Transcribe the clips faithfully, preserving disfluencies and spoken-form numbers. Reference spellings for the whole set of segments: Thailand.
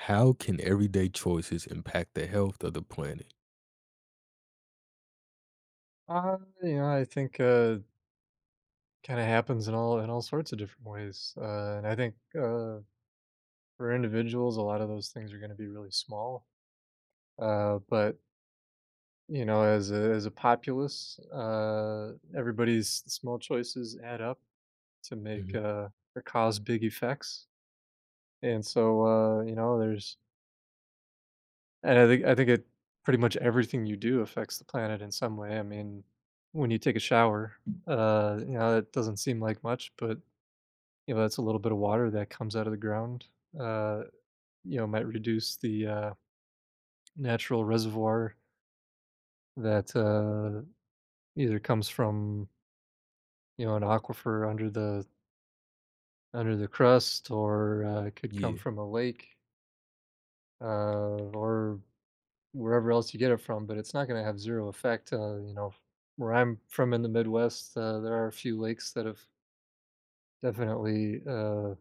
How can everyday choices impact the health of the planet? Uh, you know, I think, uh, kinda happens in all in all sorts of different ways. Uh, and I think, uh, for individuals, a lot of those things are gonna be really small, uh, but, you know, as a as a populace, uh, everybody's small choices add up to make, Mhm. uh or cause big effects. And so, uh, you know, there's, and I think I think it, pretty much everything you do affects the planet in some way. I mean, when you take a shower, uh, you know, it doesn't seem like much. But you know, that's a little bit of water that comes out of the ground. uh, you know, might reduce the, uh, natural reservoir that, uh, either comes from, you know, an aquifer under the under the crust, or uh, it could come Yeah. from a lake, uh, or wherever else you get it from. But it's not gonna have zero effect. Uh, you know, where I'm from in the Midwest, uh, there are a few lakes that have definitely, uh,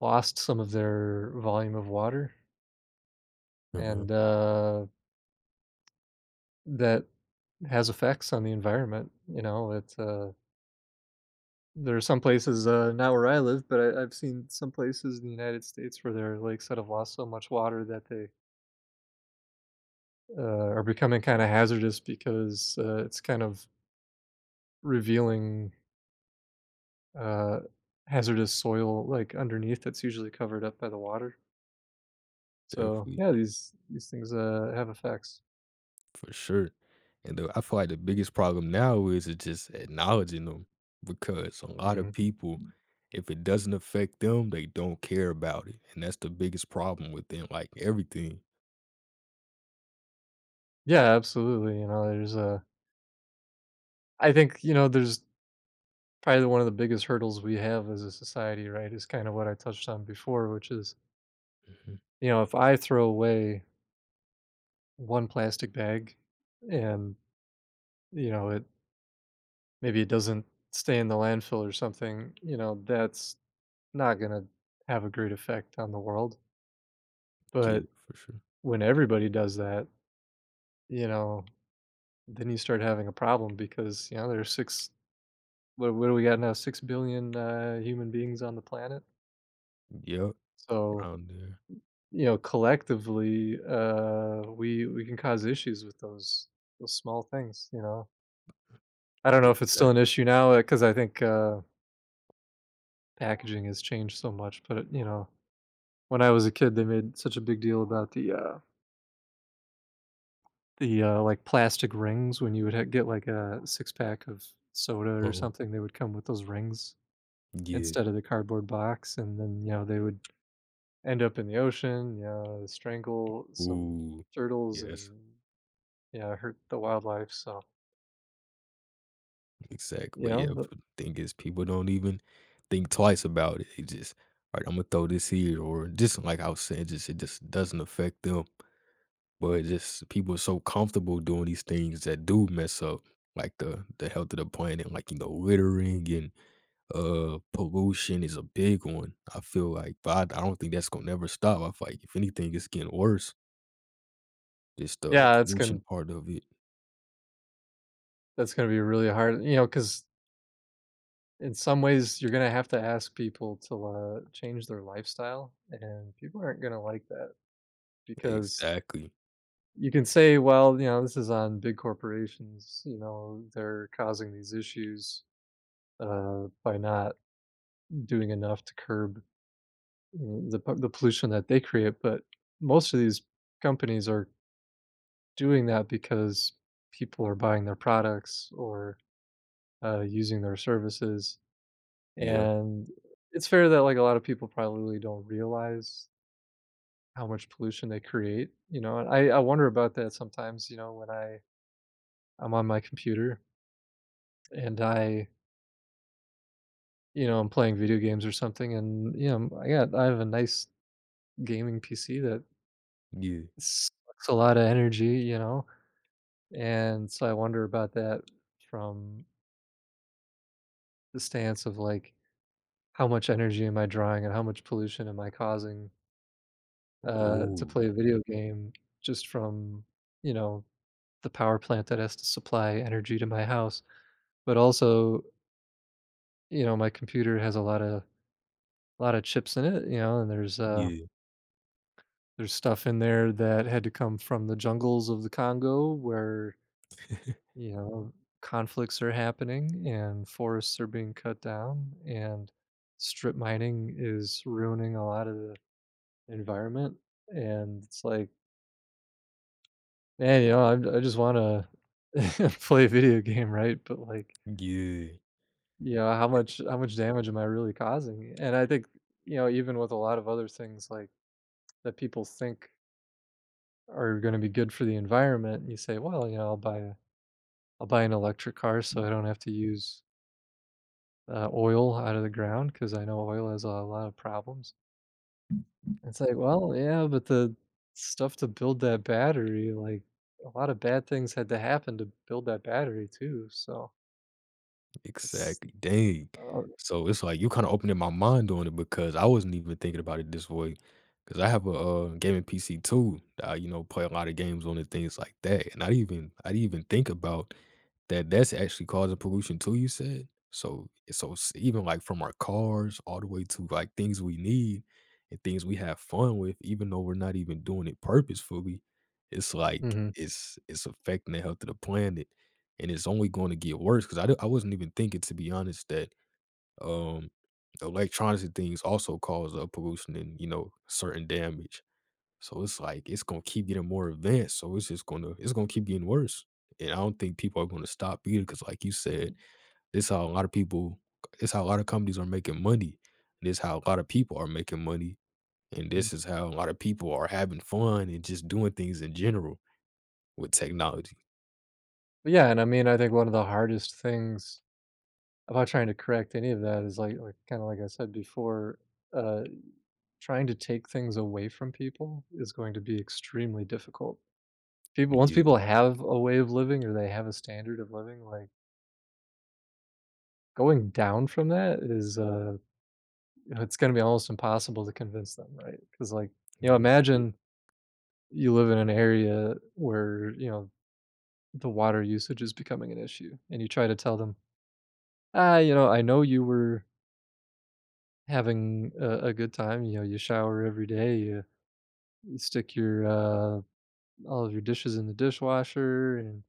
lost some of their volume of water, Uh-huh. and, uh that has effects on the environment. You know, it's, uh there are some places, uh not where I live, but I I've seen some places in the United States where their lakes that have lost so much water that they, uh, are becoming kinda hazardous because, uh, it's kind of revealing, uh, hazardous soil, like, underneath that's usually covered up by the water. So, Definitely. yeah, these these things, uh, have effects. For sure. And the I feel like the biggest problem now is it's just acknowledging them because a lot of Mhm. people, if it doesn't affect them, they don't care about it. And that's the biggest problem within like everything. Yeah, absolutely, you know, there's, uh I think, you know, there's probably one of the biggest hurdles we have as a society, right, is kind of what I touched on before, which is, Mhm. you know, if I throw away one plastic bag and, you know, it maybe it doesn't stay in the landfill or something. You know, that's not going to have a great effect on the world. Yeah, But for sure. when everybody does that, you know, then you start having a problem because, you know, there's six, what, what do we got now? Six billion uh, human beings on the planet. Yep. So, Around there. you know, collectively, uh, we we can cause issues with those those small things, you know. I don't know if it's still Exactly. an issue now because I think, uh, packaging has changed so much. But, uh, you know, when I was a kid, they made such a big deal about the, uh the, uh, like, plastic rings when you would ha get, like, a six-pack of soda or Uh-huh. something. They would come with those rings Yeah. instead of the cardboard box, and then, you know, they would end up in the ocean, you know, strangle some Ooh. turtles Yeah, that's and, yeah, hurt the wildlife. So, Exactly, you but yeah, know, th the thing is people don't even think twice about it. They just, "All right, Imma throw this here," or just like I was saying, just it just doesn't affect them, but it just people are so comfortable doing these things that do mess up, like, the the health of the planet, like, you know, littering and, uh, pollution is a big one. I feel like but I I don't think that's gonna never stop. I feel like if anything, it's getting worse, just the yeah, it's pollution gonna part of it. that's gonna be really hard, you know, because in some ways, you're gonna have to ask people to, uh, change their lifestyle, and people aren't gonna like that because Exactly. you can say, "Well, you know, this is on big corporations, you know, they're causing these issues, uh, by not doing enough to curb, mm, the po the pollution that they create." But most of these companies are doing that because people are buying their products, or uh, using their services. Yeah. And it's fair that, like, a lot of people probably really don't realize how much pollution they create, you know, and I I wonder about that sometimes, you know, when I I'm on my computer, and I, you know, I'm playing video games or something. And, you know, I got I have a nice gaming P C that Yeah. sucks a lot of energy, you know, and so I wonder about that from the stance of, like, how much energy am I drawing and how much pollution am I causing, uh, to Oh. play a video game just from, you know, the power plant that has to supply energy to my house. But also, you know, my computer has a lot of a lot of chips in it, you know, and there's uh Yeah. there's stuff in there that had to come from the jungles of the Congo where, you know, conflicts are happening and forests are being cut down and strip mining is ruining a lot of the environment. And it's like, man, you know, I, I just want to play a video game, right? But like, Yeah, you know, how much how much damage am I really causing? And I think, you know, even with a lot of other things like that people think are going to be good for the environment, you say, well, you know, I'll buy a, I'll buy an electric car so I don't have to use uh, oil out of the ground because I know oil has a lot of problems. It's like, well, yeah, but the stuff to build that battery, like, a lot of bad things had to happen to build that battery too. So it's, exactly. Dang. uh, So it's like you kind of opening my mind on it because I wasn't even thinking about it this way. Because I have a uh, gaming P C too, that I, you know, play a lot of games on and things like that. And I didn't even I didn't even think about that. That's actually causing pollution too. You said so. So s- even like from our cars all the way to like things we need and things we have fun with, even though we're not even doing it purposefully, it's like mhm. it's it's affecting the health of the planet. And it's only going to get worse because I I d- I wasn't even thinking, to be honest, that um, electronics and things also cause uh, pollution and you know certain damage. So it's like it's gonna keep getting more advanced. So it's just gonna it's gonna keep getting worse. And I don't think people are gonna stop either because, like you said, this how a lot of people, this how a lot of companies are making money. This how a lot of people are making money, and Mm. this is how a lot of people are having fun and just doing things in general with technology. Yeah. And I mean, I think one of the hardest things about trying to correct any of that is like like kind of like I said before, uh, trying to take things away from people is going to be extremely difficult. People Once Yeah, people have a way of living or they have a standard of living, like going down from that is uh, you know, it's going to be almost impossible to convince them, right? Because like, you know, yeah, imagine you live in an area where you know the water usage is becoming an issue, and you try to tell them, ah, you know, I know you were having a, a good time. You know, you shower every day. You stick your uh, all of your dishes in the dishwasher, and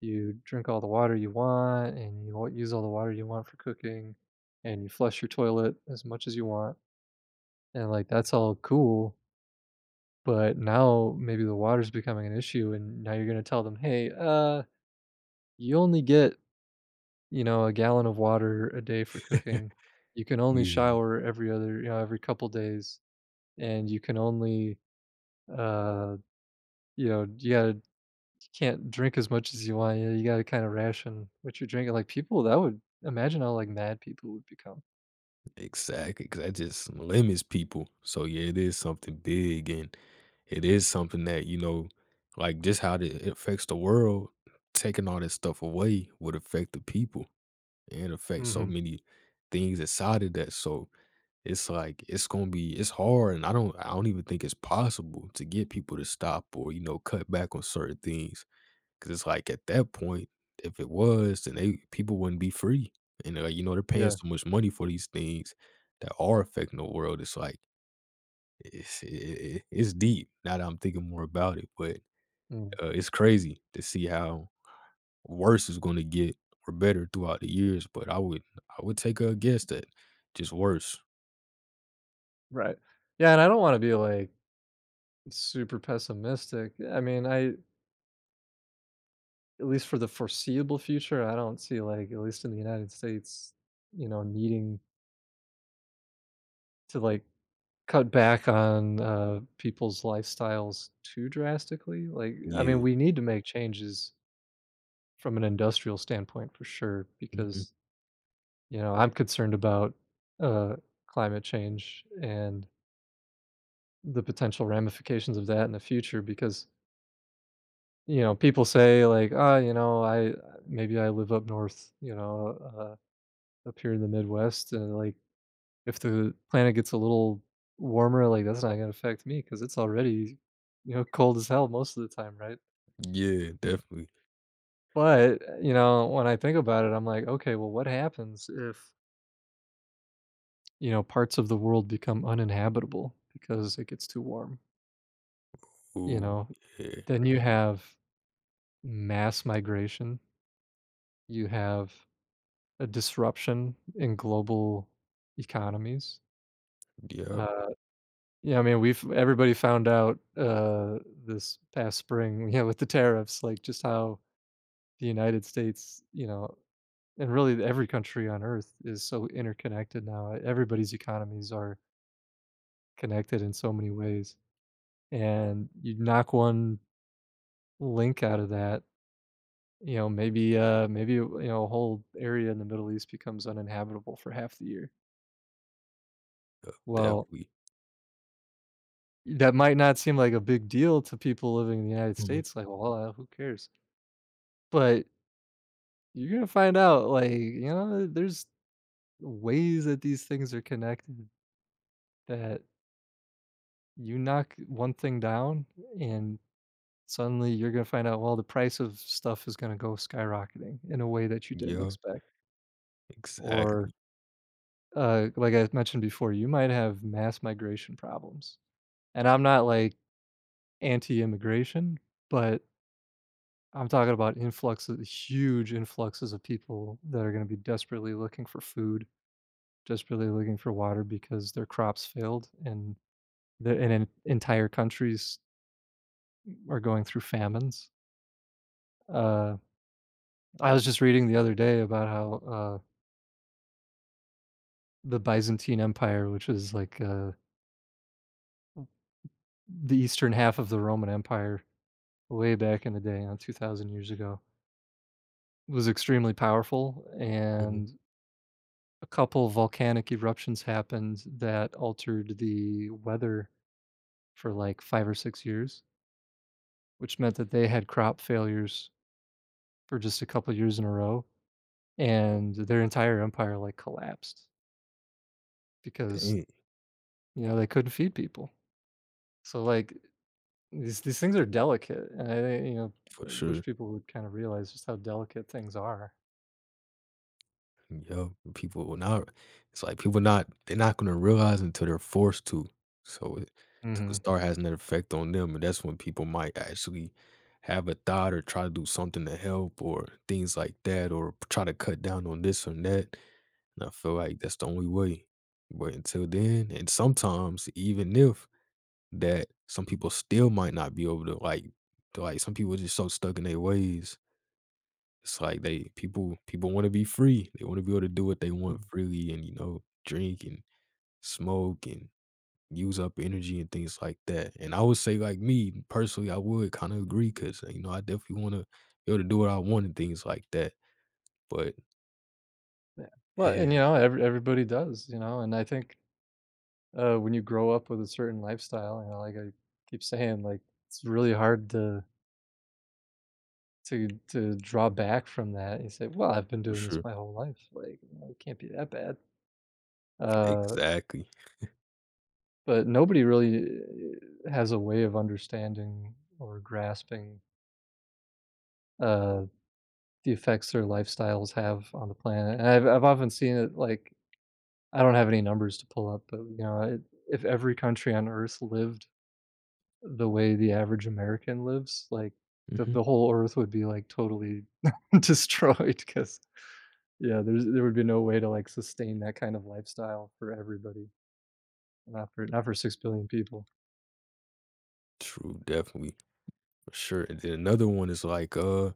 you drink all the water you want, and you wa- use all the water you want for cooking, and you flush your toilet as much as you want, and like that's all cool. But now maybe the water's becoming an issue, and now you're gonna tell them, hey, uh, you only get, you know, a gallon of water a day for cooking. You can only yeah. shower every other you know every couple days, and you can only uh you know yeah, can't drink as much as you want. Yeah, you gotta kinda ration what you're drinking, like, people that would imagine how, like, mad people would become. Exactly, cause that just limits people. So yeah, it is something big, and it is something that you know, like just how it it affects the world. Taking all that stuff away would affect the people and affect so Mhm, many things inside of that. So it's like it's gonna be it's hard, and I don't I don't even think it's possible to get people to stop or you know cut back on certain things. 'Cause it's like at that point, if it was, then they people wouldn't be free. And, uh, you know, they're paying yeah, so much money for these things that are affecting the world. It's like it's i i it's deep now that I'm thinking more about it, but, mm, uh, it's crazy to see how worse is gonna get or better throughout the years, but I would I would take a guess that just worse. right. Yeah, and I don't wanna be, like, super pessimistic. Yeah, I mean, I at least for the foreseeable future, I don't see, like, at least in the United States, you know, needing to, like, cut back on, uh, people's lifestyles too drastically, like, I mean, Yeah. we need to make changes from an industrial standpoint for sure Mhm. because you know, I'm concerned about, uh, climate change and the potential ramifications of that in the future because, you know, people say like, "Ah, you know, I uh, maybe I live up north, you know, uh, up here in the Midwest, and, like, if the planet gets a little warmer, like, that's not gonna affect me because it's already, you know, cold as hell most of the time, right?" Yeah, definitely. But, uh, you know, when I think about it, I'm like, "Okay, well, what happens if, you know, parts of the world become uninhabitable because it gets too warm?" You Ooh, know? yeah. Then you have mass migration, you have a disruption in global economies. Yep, Uh, yeah, I mean, we've everybody found out, uh, this past spring, yeah, with the tariffs, like, just how the United States, you know, and really every country on earth is so interconnected now. Everybody's economies are connected in so many ways, and you knock one link out of that. You know, maybe, uh, maybe, you know, a whole area in the Middle East becomes uninhabitable for half the year. Well, definitely. that might not seem like a big deal to people living in the United Mhm. States, like, "Well, uh, who cares?" But you're gonna find out, like, you know, there's ways that these things are connected that you knock one thing down, and suddenly you're gonna find out, well, the price of stuff is gonna go skyrocketing in a way that you didn't Yeah, expect. Or, exactly. uh, like I mentioned before, you might have mass migration problems. And I'm not, like, anti-immigration, but I'm talking about influxes, huge influxes of people that are gonna be desperately looking for food, desperately looking for water because their crops failed and the and en entire countries are going through famines. Uh, I was just reading the other day about how, uh, the Byzantine Empire, which is, like, uh, the eastern half of the Roman Empire way back in the day, you know, two thousand years ago, was extremely powerful, Mhm. and a couple volcanic eruptions happened that altered the weather for like five or six years, which meant that they had crop failures for just a couple years in a row, and their entire empire, like, collapsed because, Dang, you know, they couldn't feed people. So, like, these these things are delicate, and I think, you know, for I wish sure. people would kind of realize just how delicate things are. Yo, people will not it's like people not they're not gonna realize until they're forced to. So it a Mhm. star has an effect on them, and that's when people might actually have a thought or try to do something to help or things like that or p try to cut down on this and that, and I feel like that's the only way. But until then and sometimes even if that some people still might not be able to, like to, like, some people just so stuck in their ways. It's like they people people wanna be free. They wanna be able to do what they want Mm, freely and, you know, drink and smoke and use up energy and things like that. And I would say, like me, personally, I would kinda agree agree because you know, I definitely wanna be able to do what I want and things like that. But yeah. Well, and, yeah, you know, every everybody does, you know, and I think Uh, when you grow up with a certain lifestyle, you know, like I keep saying, like, it's really hard to to to draw back from that. You say, "Well, I've been for doing sure. this my whole life. Like, you know, it can't be that bad." Uh, Exactly. but nobody really uh, has a way of understanding or grasping uh, the effects their lifestyles have on the planet. And I've I've often seen it like I don't have any numbers to pull up, but you know, it, if every country on Earth lived the way the average American lives, like, the Mhm. the whole earth would be, like, totally destroyed. Because yeah, there's there would be no way to, like, sustain that kind of lifestyle for everybody, not for not for six billion people. True, definitely. For sure. And then another one is like, uh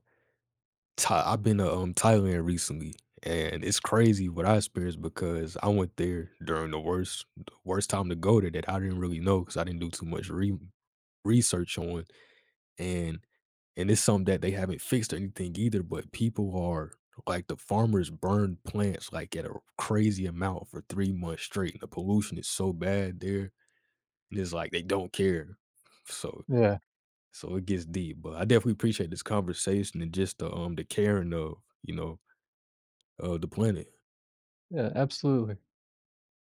Tha I've been to, um, Thailand recently, and it's crazy what I experienced because I went there during the worst the worst time to go there that I didn't really know because I didn't do too much re research on, and and it's something that they haven't fixed or anything either, but people are like, the farmers burn plants, like, at a crazy amount for three months straight, and the pollution is so bad there, and it's like they don't care. So Yeah, so it gets deep, but I definitely appreciate this conversation and just the, um, the caring of, you know of the planet. yeah, absolutely.